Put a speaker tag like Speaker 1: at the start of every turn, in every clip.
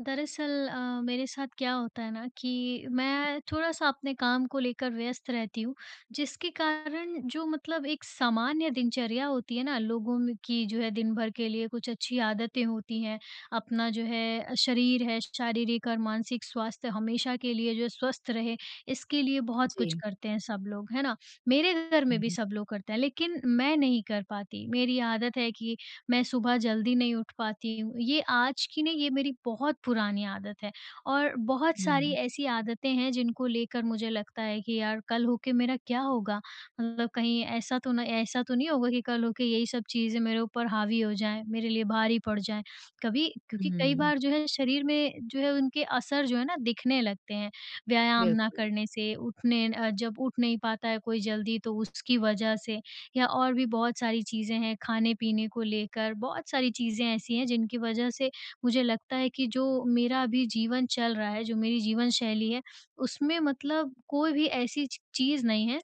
Speaker 1: दरअसल मेरे साथ क्या होता है ना कि मैं थोड़ा-सा अपने काम को लेकर व्यस्त रहती हूँ, जिसके कारण जो मतलब एक सामान्य दिनचर्या होती है ना, लोगों में की जो है दिन भर के लिए कुछ अच्छी आदतें होती हैं, अपना जो है शरीर है, शारीरिक और मानसिक स्वास्थ्य हमेशा के लिए जो है स्वस्थ रहे, इसके लिए बहुत कुछ
Speaker 2: जी।
Speaker 1: करते हैं सब लोग, है ना? मेरे घर में भी
Speaker 2: हुँ,
Speaker 1: सब लोग करते हैं, लेकिन मैं नहीं कर पाती। मेरी आदत है कि मैं सुबह जल्दी नहीं उठ पाती हूँ। ये आज की नहीं, ये मेरी बहुत पुरानी आदत है और बहुत सारी
Speaker 2: हुँ,
Speaker 1: ऐसी आदतें हैं जिनको लेकर मुझे लगता है कि यार कल होके मेरा क्या होगा? मतलब कहीं ऐसा तो नहीं होगा कि कल होके यही सब चीज़ें मेरे ऊपर हावी हो जाएँ, मेरे लिए भारी पड़ जाएँ। कभी क्योंकि कई
Speaker 2: हुँ,
Speaker 1: बार जो है शरीर में जो है उनके असर जो है ना दिखने लगते हैं, व्यायाम ना
Speaker 2: बिल्कुल।
Speaker 1: करने से, उठने जब उठ नहीं पाता है कोई जल्दी तो उसकी वजह से। या और भी बहुत सारी चीज़ें हैं, खाने-पीने को लेकर बहुत सारी चीज़ें ऐसी हैं जिनकी वजह से मुझे लगता है कि जो मेरा अभी जीवन चल रहा है, जो मेरी जीवन शैली है, उसमें मतलब कोई भी ऐसी च चीज़ नहीं है,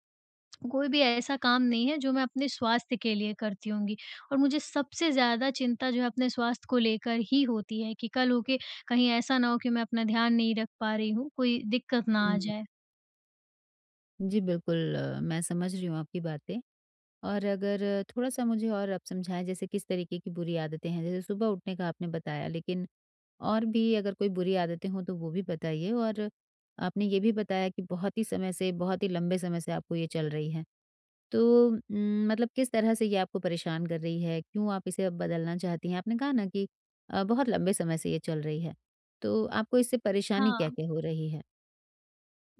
Speaker 1: कोई भी ऐसा काम नहीं है जो मैं अपने स्वास्थ्य के लिए करती होंगी। और मुझे सबसे ज़्यादा चिंता जो है अपने स्वास्थ्य को लेकर ही होती है कि कल हो के कहीं ऐसा ना हो कि मैं अपना ध्यान नहीं रख पा रही हूँ, कोई दिक्कत ना आ
Speaker 2: हुँ,
Speaker 1: जाए।
Speaker 2: जी, बिल्कुल, मैं समझ रही हूँ आपकी बातें। और अगर थोड़ा-सा मुझे और आप समझाएँ, जैसे किस तरीके की बुरी आदतें हैं? जैसे सुबह उठने का आपने बताया, लेकिन और भी अगर कोई बुरी आदतें हों तो वो भी बताइए। और आपने ये भी बताया कि बहुत ही समय से, बहुत ही लंबे समय से आपको ये चल रही है। तो मतलब किस तरह से ये आपको परेशान कर रही है? क्यों आप इसे अब बदलना चाहती हैं? आपने कहा ना कि बहुत लंबे समय से ये चल रही है, तो आपको इससे परेशानी
Speaker 1: हाँ।
Speaker 2: क्या-क्या हो रही है?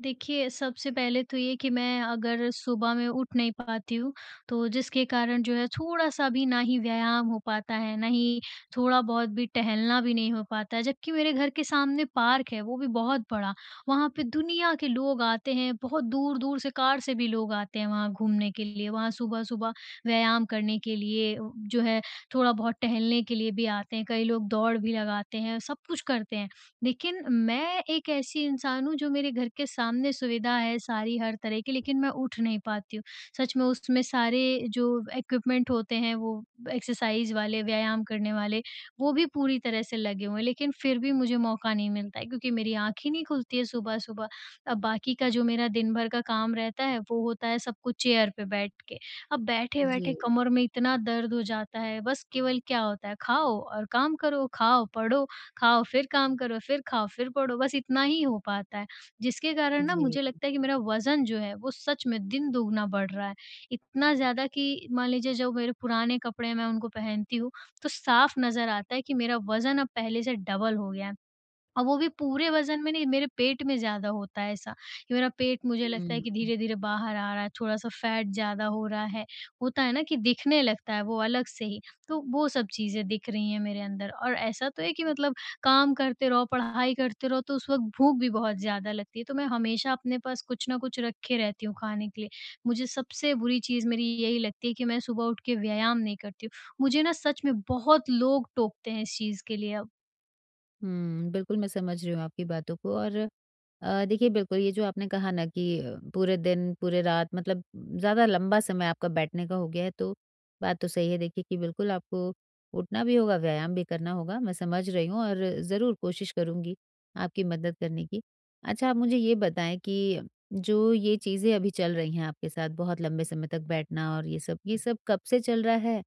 Speaker 1: देखिए, सबसे पहले तो ये कि मैं अगर सुबह में उठ नहीं पाती हूँ, तो जिसके कारण जो है थोड़ा-सा भी ना ही व्यायाम हो पाता है, ना ही थोड़ा-बहुत भी टहलना भी नहीं हो पाता है। जबकि मेरे घर के सामने पार्क है, वो भी बहुत बड़ा। वहाँ पे दुनिया के लोग आते हैं, बहुत दूर-दूर से कार से भी लोग आते हैं वहाँ घूमने के लिए। वहाँ सुबह-सुबह व्यायाम करने के लिए, जो है थोड़ा-बहुत टहलने के लिए भी आते हैं, कई लोग दौड़ भी लगाते हैं, सब कुछ करते हैं। लेकिन मैं एक ऐसी इंसान हूँ जो, मेरे घर के सामने सुविधा है सारी हर तरह की, लेकिन मैं उठ नहीं पाती हूँ। सच में उसमें सारे जो इक्विपमेंट होते हैं, वो एक्सरसाइज़ वाले, व्यायाम करने वाले, वो भी पूरी तरह से लगे हुए हैं, लेकिन फिर भी मुझे मौका नहीं मिलता है क्योंकि मेरी आँख ही नहीं खुलती है सुबह-सुबह। अब बाकी का जो मेरा दिन भर का काम रहता है, वो होता है सब कुछ चेयर पे बैठ के। अब बैठे-बैठे
Speaker 2: जी।
Speaker 1: कमर में इतना दर्द हो जाता है, बस केवल क्या होता है, खाओ और काम करो, खाओ, पढ़ो, खाओ, फिर काम करो, फिर खाओ, फिर पढ़ो, बस इतना ही हो पाता है। जिसके कारण ना
Speaker 2: जी।
Speaker 1: मुझे लगता है कि मेरा वज़न जो है वो सच में दिन दोगुना बढ़ रहा है। इतना ज़्यादा कि मान लीजिए जो मेरे पुराने कपड़े हैं मैं उनको पहनती हूँ, तो साफ नज़र आता है कि मेरा वज़न अब पहले से डबल हो गया है। और वो भी पूरे वज़न में नहीं, मेरे पेट में ज़्यादा होता है ऐसा, कि मेरा पेट, मुझे लगता है,
Speaker 2: हुँ,
Speaker 1: कि धीरे-धीरे बाहर आ रहा है, थोड़ा-सा फैट ज़्यादा हो रहा है। होता है ना कि दिखने लगता है वो अलग से ही, तो वो सब चीज़ें दिख रही हैं मेरे अंदर। और ऐसा तो है कि मतलब काम करते रहो, पढ़ाई करते रहो, तो उस वक़्त भूख भी बहुत ज़्यादा लगती है, तो मैं हमेशा अपने पास कुछ ना कुछ रखे रहती हूँ खाने के लिए। मुझे सबसे बुरी चीज़ मेरी यही लगती है कि मैं सुबह उठ के व्यायाम नहीं करती हूँ। मुझे ना सच में बहुत लोग टोकते हैं इस चीज़ के लिए अब।
Speaker 2: हुँ, बिल्कुल मैं समझ रही हूँ आपकी बातों को। और, देखिए, बिल्कुल ये जो आपने कहा ना कि, पूरे दिन पूरे रात मतलब ज़्यादा लंबा समय आपका बैठने का हो गया है। तो बात तो सही है, देखिए कि बिल्कुल आपको उठना भी होगा, व्यायाम भी करना होगा। मैं समझ रही हूँ और ज़रूर कोशिश करूँगी आपकी मदद करने की। अच्छा, आप मुझे ये बताएँ कि जो ये चीज़ें अभी चल रही हैं आपके साथ, बहुत लंबे समय तक बैठना और ये सब कब से चल रहा है?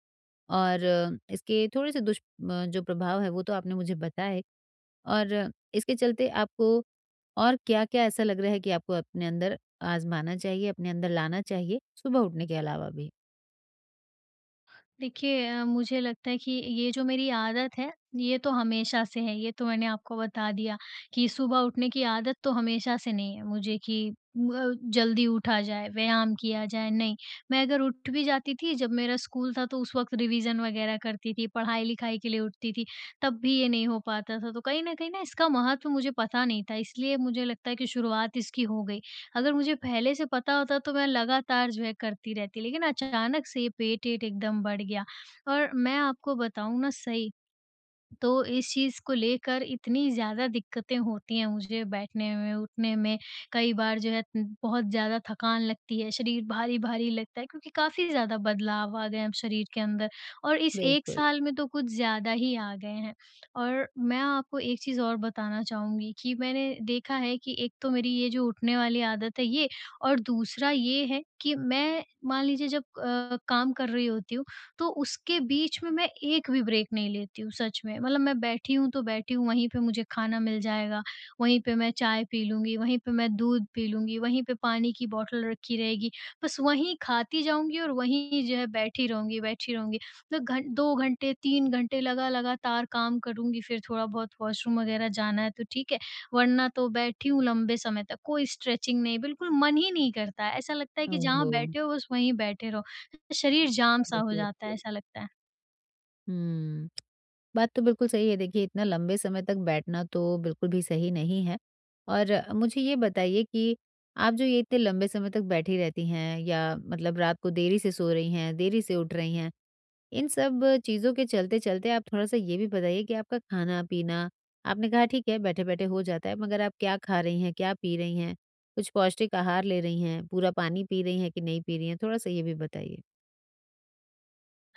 Speaker 2: और, इसके थोड़े से जो प्रभाव है वो तो आपने मुझे बताए, और इसके चलते आपको और क्या-क्या ऐसा लग रहा है कि आपको अपने अंदर आज़माना चाहिए, अपने अंदर लाना चाहिए, सुबह उठने के अलावा भी?
Speaker 1: देखिए मुझे लगता है कि ये जो मेरी आदत है, ये तो हमेशा से है। ये तो मैंने आपको बता दिया कि सुबह उठने की आदत तो हमेशा से नहीं है मुझे कि जल्दी उठा जाए, व्यायाम किया जाए, नहीं। मैं अगर उठ भी जाती थी, जब मेरा स्कूल था तो उस वक़्त रिवीज़न वग़ैरह करती थी, पढ़ाई-लिखाई के लिए उठती थी, तब भी ये नहीं हो पाता था। तो कहीं न कहीं ना इसका महत्व मुझे पता नहीं था, इसलिए मुझे लगता है कि शुरुआत इसकी हो गई। अगर मुझे पहले से पता होता तो मैं लगातार जो है करती रहती, लेकिन अचानक से पेट-एट एकदम बढ़ गया, और मैं आपको बताऊँ ना सही तो, इस चीज़ को लेकर इतनी ज़्यादा दिक्कतें होती हैं मुझे बैठने में, उठने में, कई बार जो है बहुत ज़्यादा थकान लगती है, शरीर भारी-भारी लगता है, क्योंकि काफ़ी ज़्यादा बदलाव आ गए हैं अब शरीर के अंदर, और इस 1
Speaker 2: बिल्कुल।
Speaker 1: साल में तो कुछ ज़्यादा ही आ गए हैं। और मैं आपको एक चीज़ और बताना चाहूँगी कि मैंने देखा है कि एक तो मेरी ये जो उठने वाली आदत है ये, और दूसरा ये है कि मैं, मान लीजिए जब काम कर रही होती हूँ, तो उसके बीच में मैं एक भी ब्रेक नहीं लेती हूँ सच में। मतलब मैं बैठी हूँ तो बैठी हूँ, वहीं पे मुझे खाना मिल जाएगा, वहीं पे मैं चाय पी लूँगी, वहीं पे मैं दूध पी लूँगी, वहीं पे पानी की बॉटल रखी रहेगी। बस वहीं खाती जाऊँगी और वहीं जो है बैठी रहूँगी, बैठी रहूँगी। मतलब घं 2 घंटे, 3 घंटे लगा लगातार काम करूँगी, फिर थोड़ा बहुत वॉशरूम वगैरह जाना है तो ठीक है, वरना तो बैठी हूँ लंबे समय तक, कोई स्ट्रेचिंग नहीं, बिल्कुल मन ही नहीं करता है। ऐसा लगता है कि जहाँ
Speaker 2: ओहो!
Speaker 1: बैठे हो बस वहीं बैठे रहो। शरीर जाम सा
Speaker 2: समझ
Speaker 1: हो जाता
Speaker 2: सकती
Speaker 1: है,
Speaker 2: हूँ।
Speaker 1: ऐसा लगता है।
Speaker 2: हुँ। बात तो बिल्कुल सही है। देखिए, इतना लंबे समय तक बैठना तो बिल्कुल भी सही नहीं है। और मुझे ये बताइए कि आप जो ये इतने लंबे समय तक बैठी रहती हैं या मतलब रात को देरी से सो रही हैं, देरी से उठ रही हैं, इन सब चीज़ों के चलते-चलते आप थोड़ा-सा ये भी बताइए कि आपका खाना-पीना, आपने कहा ठीक है बैठे-बैठे हो जाता है, मगर आप क्या खा रही हैं, क्या पी रही हैं? कुछ पौष्टिक आहार ले रही हैं? पूरा पानी पी रही हैं कि नहीं पी रही हैं? थोड़ा-सा ये भी बताइए।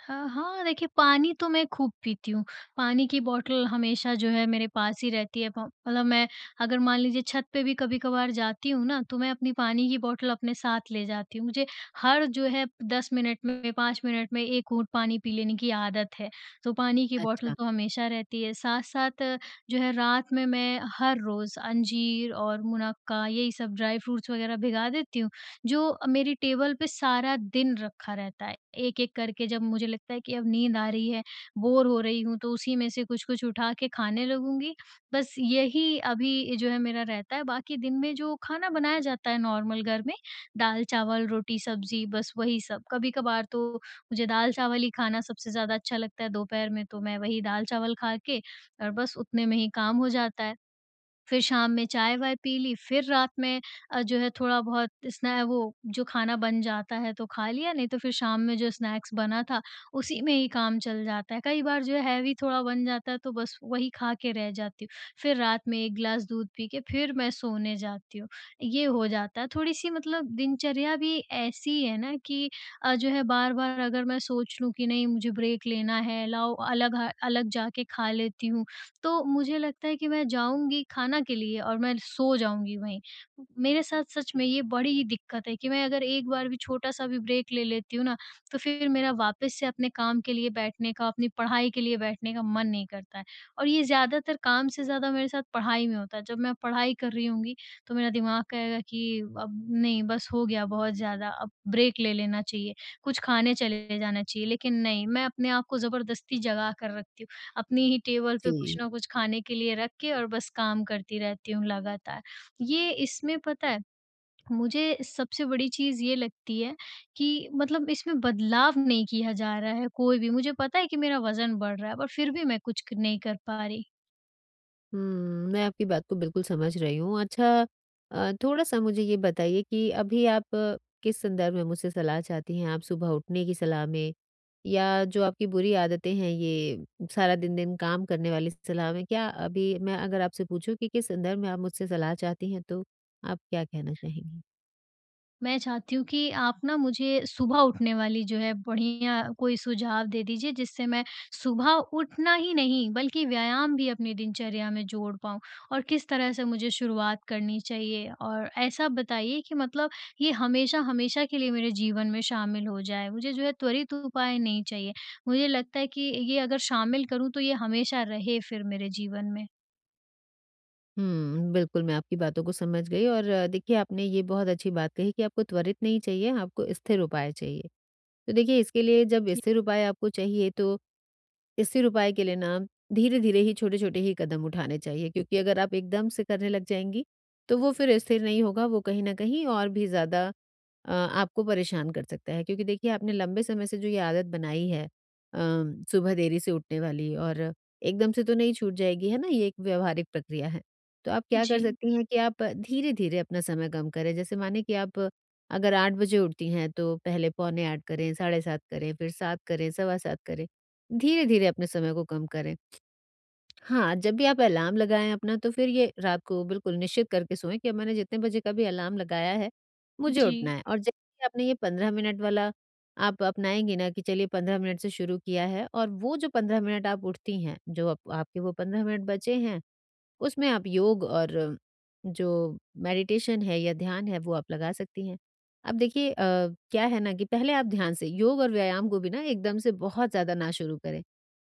Speaker 1: हाँ, हाँ, देखिए, पानी तो मैं खूब पीती हूँ, पानी की बॉटल हमेशा जो है मेरे पास ही रहती है, प मतलब मैं, अगर मान लीजिए छत पे भी कभी-कभार जाती हूँ ना, तो मैं अपनी पानी की बॉटल अपने साथ ले जाती हूँ। मुझे हर जो है 10 मिनट में, 5 मिनट में 1 घूँट पानी पी लेने की आदत है, तो पानी की बॉटल
Speaker 2: अच्छा,
Speaker 1: तो हमेशा रहती है। साथ-साथ जो है रात में मैं हर रोज़ अंजीर और मुनक्का, यही सब ड्राई फ्रूट्स वग़ैरह भिगा देती हूँ, जो मेरी टेबल पे सारा दिन रखा रहता है। एक-एक करके, जब मुझे लगता है कि अब नींद आ रही है, बोर हो रही हूँ, तो उसी में से कुछ-कुछ उठा के खाने लगूँगी। बस यही अभी जो है मेरा रहता है, बाकी दिन में जो खाना बनाया जाता है नॉर्मल घर में, दाल-चावल, रोटी-सब्ज़ी, बस वही सब। कभी-कभार तो मुझे दाल-चावल ही खाना सबसे ज़्यादा अच्छा लगता है दोपहर में, तो मैं वही दाल-चावल खा के और बस उतने में ही काम हो जाता है। फिर शाम में चाय-वाय पी ली, फिर रात में जो है थोड़ा-बहुत स्नै वो जो खाना बन जाता है तो खा लिया, नहीं तो फिर शाम में जो स्नैक्स बना था, उसी में ही काम चल जाता है। कई बार जो है हैवी थोड़ा बन जाता है तो बस वही खा के रह जाती हूँ। फिर रात में 1 ग्लास दूध पी के फिर मैं सोने जाती हूँ। ये हो जाता है, थोड़ी-सी मतलब दिनचर्या भी ऐसी है ना कि जो है बार-बार, अगर मैं सोच लूँ कि नहीं मुझे ब्रेक लेना है, लाओ अलग ह अलग जाके खा लेती हूँ, तो मुझे लगता है कि मैं जाऊँगी खाना के लिए और मैं सो जाऊँगी वहीं। मेरे साथ सच में ये बड़ी ही दिक्कत है कि मैं अगर एक बार भी छोटा-सा भी ब्रेक ले लेती हूँ ना, तो फिर मेरा वापस से अपने काम के लिए बैठने का, अपनी पढ़ाई के लिए बैठने का मन नहीं करता है। और ये ज़्यादातर काम से ज़्यादा मेरे साथ पढ़ाई में होता है। जब मैं पढ़ाई कर रही होंगी, तो मेरा दिमाग कहेगा कि अब नहीं, बस हो गया बहुत ज़्यादा, अब ब्रेक ले लेना चाहिए, कुछ खाने चले जाना चाहिए। लेकिन नहीं, मैं अपने आप को ज़बरदस्ती जगा कर रखती हूँ। अपनी ही टेबल पे कुछ
Speaker 2: जी।
Speaker 1: ना कुछ खाने के लिए रख के, और बस काम करती रहती हूँ लगातार। ये इसमें पता है, मुझे सबसे बड़ी चीज़ ये लगती है कि, मतलब इसमें बदलाव नहीं किया जा रहा है कोई भी। मुझे पता है कि मेरा वज़न बढ़ रहा है, पर फिर भी मैं कुछ क नहीं कर पा रही।
Speaker 2: हुँ, मैं आपकी बात को बिल्कुल समझ रही हूँ। अच्छा, थोड़ा-सा मुझे ये बताइए कि अभी आप किस संदर्भ में मुझसे सलाह चाहती हैं? आप सुबह उठने की सलाह में, या जो आपकी बुरी आदतें हैं ये सारा दिन-दिन काम करने वाली सलाह में? क्या अभी मैं अगर आपसे पूछूँ कि किस संदर्भ में आप मुझसे सलाह चाहती हैं, तो आप क्या कहना चाहेंगी?
Speaker 1: मैं चाहती हूँ कि आप ना मुझे सुबह उठने वाली जो है बढ़िया कोई सुझाव दे दीजिए, जिससे मैं सुबह उठना ही नहीं बल्कि व्यायाम भी अपनी दिनचर्या में जोड़ पाऊँ, और किस तरह से मुझे शुरुआत करनी चाहिए, और ऐसा बताइए कि मतलब ये हमेशा हमेशा के लिए मेरे जीवन में शामिल हो जाए। मुझे जो है त्वरित उपाय नहीं चाहिए। मुझे लगता है कि ये अगर शामिल करूँ तो ये हमेशा रहे फिर मेरे जीवन में।
Speaker 2: हुँ, बिल्कुल मैं आपकी बातों को समझ गई। और, देखिए, आपने ये बहुत अच्छी बात कही कि आपको त्वरित नहीं चाहिए, आपको स्थिर उपाय चाहिए। तो देखिए, इसके लिए जब
Speaker 1: जी।
Speaker 2: स्थिर उपाय आपको चाहिए तो इससे उपाय के लिए ना धीरे-धीरे ही, छोटे-छोटे ही कदम उठाने चाहिए, क्योंकि अगर आप एकदम से करने लग जाएँगी, तो वो फिर स्थिर नहीं होगा, वो कहीं न कहीं और भी ज़्यादा आपको परेशान कर सकता है, क्योंकि देखिए आपने लंबे समय से जो ये आदत बनाई है, सुबह देरी से उठने वाली, और एकदम से तो नहीं छूट जाएगी, है ना? ये एक व्यावहारिक प्रक्रिया है। तो आप क्या कर
Speaker 1: जी,
Speaker 2: सकती हैं कि आप धीरे-धीरे अपना समय कम करें, जैसे माने कि आप अगर 8 बजे उठती हैं, तो पहले पौने 8 करें, साढ़े 7 करें, फिर 7 करें, सवा 7 करें। धीरे-धीरे अपने समय को कम करें। हाँ, जब भी आप अलार्म लगाएँ अपना तो फिर ये रात को बिल्कुल निश्चित करके सोएँ कि अब मैंने जितने बजे का भी अलार्म लगाया है, मुझे उठना
Speaker 1: जी,
Speaker 2: है। और जैसे ही आपने ये 15 मिनट वाला आप अपनाएँगी ना कि चलिए 15 मिनट से शुरू किया है और वो जो 15 मिनट आप उठती हैं, जो आप आपके वो 15 मिनट बचे हैं, उसमें आप योग और जो मेडिटेशन है या ध्यान है वो आप लगा सकती हैं। अब देखिए, क्या है ना कि पहले आप ध्यान से योग और व्यायाम को भी ना एकदम से बहुत ज़्यादा ना शुरू करें।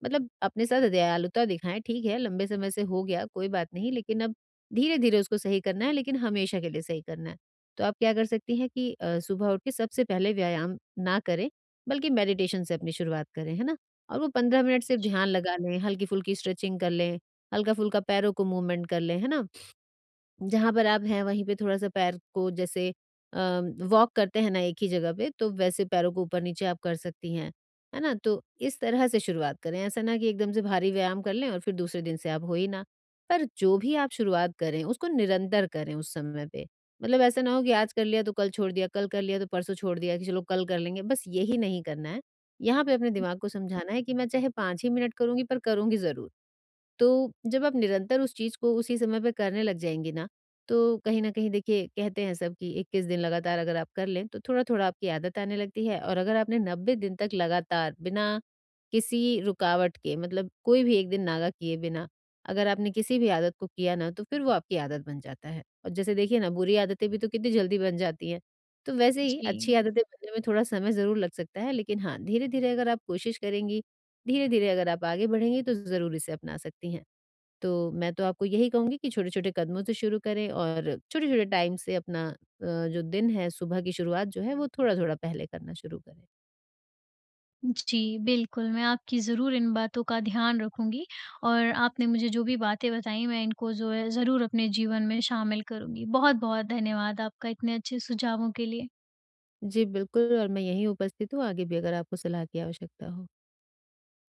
Speaker 2: मतलब अपने साथ दयालुता दिखाएँ, ठीक है लंबे समय से हो गया कोई बात नहीं, लेकिन अब धीरे-धीरे उसको सही करना है, लेकिन हमेशा के लिए सही करना है। तो आप क्या कर सकती हैं कि सुबह उठ के सबसे पहले व्यायाम ना करें, बल्कि मेडिटेशन से अपनी शुरुआत करें, है ना? और वो 15 मिनट सिर्फ
Speaker 1: जी,
Speaker 2: ध्यान लगा लें, हल्की-फुल्की स्ट्रेचिंग कर लें, हल्का-फुल्का पैरों को मूवमेंट कर लें, है ना? जहाँ पर आप हैं वहीं पे थोड़ा-सा पैर को जैसे अ, वॉक करते हैं ना एक ही जगह पे, तो वैसे पैरों को ऊपर-नीचे आप कर सकती हैं, है ना? तो इस तरह से शुरुआत करें, ऐसा ना कि एकदम से भारी व्यायाम कर लें और फिर दूसरे दिन से आप हो ही ना। पर जो भी आप शुरुआत करें उसको निरंतर करें उस समय पे, मतलब ऐसा ना हो कि आज कर लिया तो कल छोड़ दिया, कल कर लिया तो परसों छोड़ दिया कि चलो कल कर लेंगे, बस यही नहीं करना है। यहाँ पे अपने दिमाग को समझाना है कि मैं चाहे 5 ही मिनट करूँगी पर करूँगी ज़रूर। तो जब आप निरंतर उस चीज़ को उसी समय पे करने लग जाएँगे ना, तो कहीं न कहीं देखिए, कहते हैं सब कि 21 दिन लगातार अगर आप कर लें, तो थोड़ा-थोड़ा आपकी आदत आने लगती है, और अगर आपने 90 दिन तक लगातार बिना किसी रुकावट के, मतलब कोई भी एक दिन नागा किए बिना, अगर आपने किसी भी आदत को किया ना, तो फिर वो आपकी आदत बन जाता है। और जैसे देखिए ना बुरी आदतें भी तो कितनी जल्दी बन जाती हैं। तो वैसे ही
Speaker 1: जी।
Speaker 2: अच्छी आदतें बनने में थोड़ा समय ज़रूर लग सकता है, लेकिन हाँ, धीरे-धीरे अगर आप कोशिश करेंगी, धीरे-धीरे अगर आप आगे बढ़ेंगी तो ज़रूर इसे अपना सकती हैं। तो मैं तो आपको यही कहूँगी कि छोटे-छोटे कदमों से शुरू करें, और छोटे-छोटे टाइम से अपना जो दिन है सुबह की शुरुआत जो है वो थोड़ा-थोड़ा पहले करना शुरू करें।
Speaker 1: जी, बिल्कुल, मैं आपकी ज़रूर इन बातों का ध्यान रखूँगी, और आपने मुझे जो भी बातें बताई मैं इनको जो है ज़रूर अपने जीवन में शामिल करूँगी। बहुत-बहुत धन्यवाद आपका इतने अच्छे सुझावों के लिए।
Speaker 2: जी बिल्कुल, और मैं यहीं उपस्थित हूँ, आगे भी अगर आपको सलाह की आवश्यकता हो।